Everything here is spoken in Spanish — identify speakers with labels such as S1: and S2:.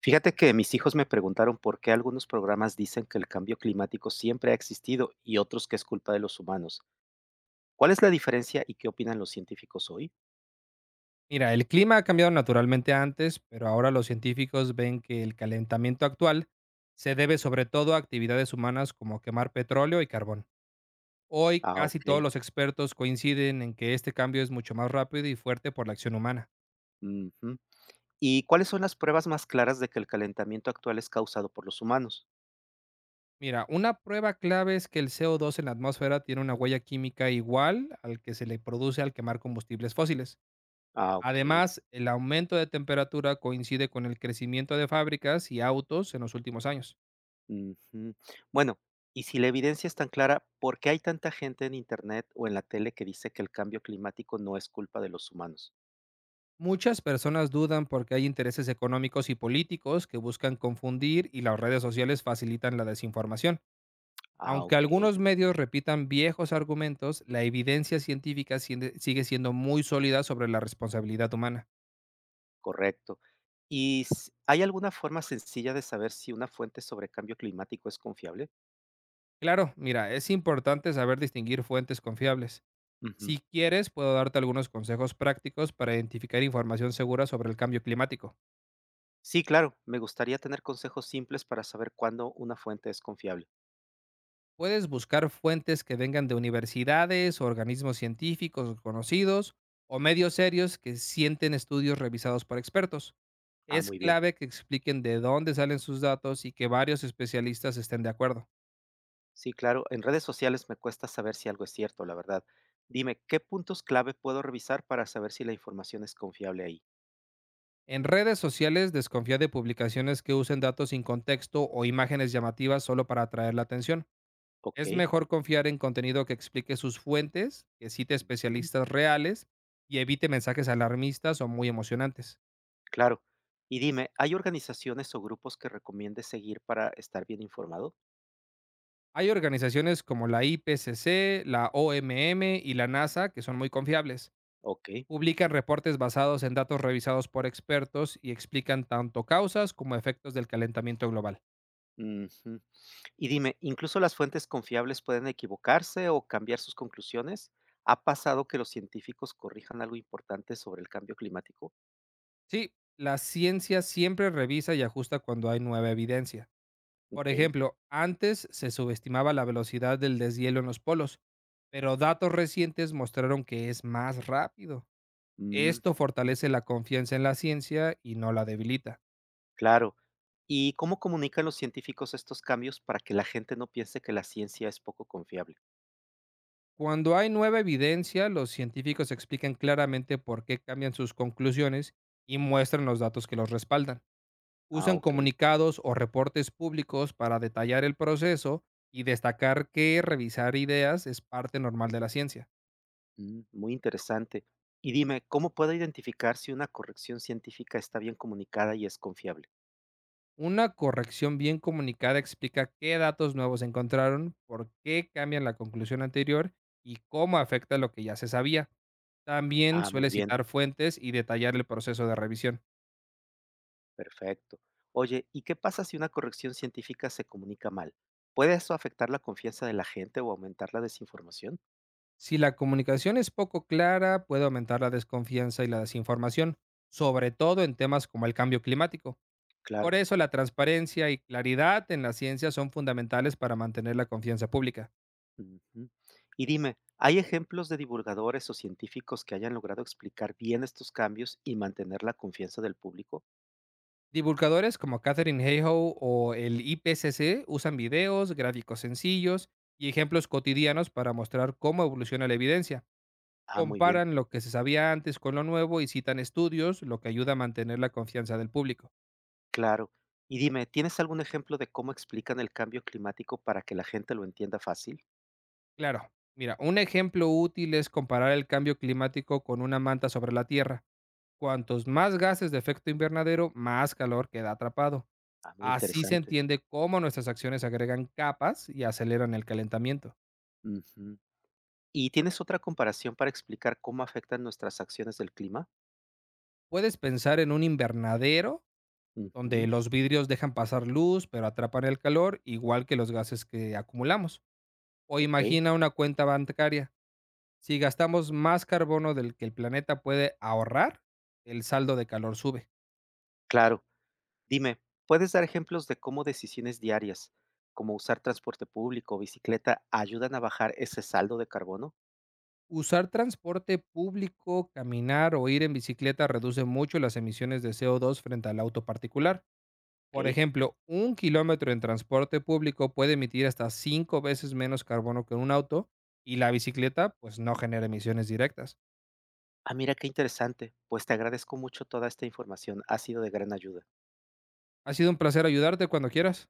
S1: Fíjate que mis hijos me preguntaron por qué algunos programas dicen que el cambio climático siempre ha existido y otros que es culpa de los humanos. ¿Cuál es la diferencia y qué opinan los científicos hoy?
S2: Mira, el clima ha cambiado naturalmente antes, pero ahora los científicos ven que el calentamiento actual se debe sobre todo a actividades humanas como quemar petróleo y carbón. Hoy
S1: Ah,
S2: casi
S1: ok.
S2: todos los expertos coinciden en que este cambio es mucho más rápido y fuerte por la acción humana.
S1: Ujú. ¿Y cuáles son las pruebas más claras de que el calentamiento actual es causado por los humanos?
S2: Mira, una prueba clave es que el CO2 en la atmósfera tiene una huella química igual al que se le produce al quemar combustibles fósiles.
S1: Ah, ok.
S2: Además, el aumento de temperatura coincide con el crecimiento de fábricas y autos en los últimos años.
S1: Ujú. Bueno, y si la evidencia es tan clara, ¿por qué hay tanta gente en Internet o en la tele que dice que el cambio climático no es culpa de los humanos?
S2: Muchas personas dudan porque hay intereses económicos y políticos que buscan confundir y las redes sociales facilitan la desinformación.
S1: Ah,
S2: Aunque
S1: ok.
S2: algunos medios repitan viejos argumentos, la evidencia científica sigue siendo muy sólida sobre la responsabilidad humana.
S1: Correcto. ¿ Hay alguna forma sencilla de saber si una fuente sobre cambio climático es confiable?
S2: Claro, mira, es importante saber distinguir fuentes confiables.
S1: Ujú.
S2: Si quieres, puedo darte algunos consejos prácticos para identificar información segura sobre el cambio climático.
S1: Sí, claro. Me gustaría tener consejos simples para saber cuándo una fuente es confiable.
S2: Puedes buscar fuentes que vengan de universidades, organismos científicos reconocidos o medios serios que sienten estudios revisados por expertos.
S1: Ah,
S2: Es
S1: muy bien.
S2: clave que expliquen de dónde salen sus datos y que varios especialistas estén de acuerdo.
S1: Sí, claro. En redes sociales me cuesta saber si algo es cierto, la verdad. Dime, ¿qué puntos clave puedo revisar para saber si la información es confiable ahí?
S2: En redes sociales desconfía de publicaciones que usen datos sin contexto o imágenes llamativas solo para atraer la atención.
S1: Ok.
S2: Es mejor confiar en contenido que explique sus fuentes, que cite
S1: Ujú.
S2: especialistas reales y evite mensajes alarmistas o muy emocionantes.
S1: Claro. Y dime, ¿hay organizaciones o grupos que recomiende seguir para estar bien informado?
S2: Hay organizaciones como la IPCC, la OMM y la NASA que son muy confiables.
S1: Ok.
S2: Publican reportes basados en datos revisados por expertos y explican tanto causas como efectos del calentamiento global.
S1: Ujú. Y dime, ¿incluso las fuentes confiables pueden equivocarse o cambiar sus conclusiones? ¿Ha pasado que los científicos corrijan algo importante sobre el cambio climático?
S2: Sí, la ciencia siempre revisa y ajusta cuando hay nueva evidencia. Por
S1: Ok.
S2: ejemplo, antes se subestimaba la velocidad del deshielo en los polos, pero datos recientes mostraron que es más rápido.
S1: Mm,
S2: Esto
S1: ujú.
S2: fortalece la confianza en la ciencia y no la debilita.
S1: Claro. ¿Y cómo comunican los científicos estos cambios para que la gente no piense que la ciencia es poco confiable?
S2: Cuando hay nueva evidencia, los científicos explican claramente por qué cambian sus conclusiones y muestran los datos que los respaldan.
S1: Ah,
S2: Usan
S1: ok.
S2: comunicados o reportes públicos para detallar el proceso y destacar que revisar ideas es parte normal de la ciencia.
S1: Mm, muy interesante. Y dime, ¿cómo puedo identificar si una corrección científica está bien comunicada y es confiable?
S2: Una corrección bien comunicada explica qué datos nuevos encontraron, por qué cambian la conclusión anterior y cómo afecta lo que ya se sabía. También
S1: Ah, muy
S2: suele
S1: bien.
S2: citar fuentes y detallar el proceso de revisión.
S1: Perfecto. Oye, ¿y qué pasa si una corrección científica se comunica mal? ¿Puede eso afectar la confianza de la gente o aumentar la desinformación?
S2: Si la comunicación es poco clara, puede aumentar la desconfianza y la desinformación, sobre todo en temas como el cambio climático. Por
S1: Claro.
S2: eso la transparencia y claridad en la ciencia son fundamentales para mantener la confianza pública.
S1: Ujú. Y dime, ¿hay ejemplos de divulgadores o científicos que hayan logrado explicar bien estos cambios y mantener la confianza del público?
S2: Divulgadores como Catherine Hayhoe o el IPCC usan videos, gráficos sencillos y ejemplos cotidianos para mostrar cómo evoluciona la evidencia.
S1: Ah, muy bien,
S2: Comparan lo que se sabía antes con lo nuevo y citan estudios, lo que ayuda a mantener la confianza del público.
S1: claro. Y dime, ¿tienes algún ejemplo de cómo explican el cambio climático para que la gente lo entienda fácil?
S2: Claro, mira, un ejemplo útil es comparar el cambio climático con una manta sobre la Tierra. Cuantos más gases de efecto invernadero, más calor queda atrapado.
S1: Ah, muy
S2: Así se
S1: interesante.
S2: entiende cómo nuestras acciones agregan capas y aceleran el calentamiento.
S1: Ujú. ¿Y tienes otra comparación para explicar cómo afectan nuestras acciones del clima?
S2: Puedes pensar en un invernadero donde
S1: Ujú.
S2: los vidrios dejan pasar luz, pero atrapan el calor, igual que los gases que acumulamos. O
S1: Ok,
S2: imagina una cuenta bancaria. Si gastamos más carbono del que el planeta puede ahorrar, el saldo de calor sube.
S1: claro. Dime, ¿puedes dar ejemplos de cómo decisiones diarias, como usar transporte público o bicicleta, ayudan a bajar ese saldo de carbono?
S2: Usar transporte público, caminar o ir en bicicleta reduce mucho las emisiones de CO2 frente al auto particular. Por
S1: Ok.
S2: ejemplo, un kilómetro en transporte público puede emitir hasta 5 veces menos carbono que un auto y la bicicleta pues no genera emisiones directas.
S1: Ah, mira qué interesante. Pues te agradezco mucho toda esta información. Ha sido de gran ayuda.
S2: Ha sido un placer ayudarte cuando quieras.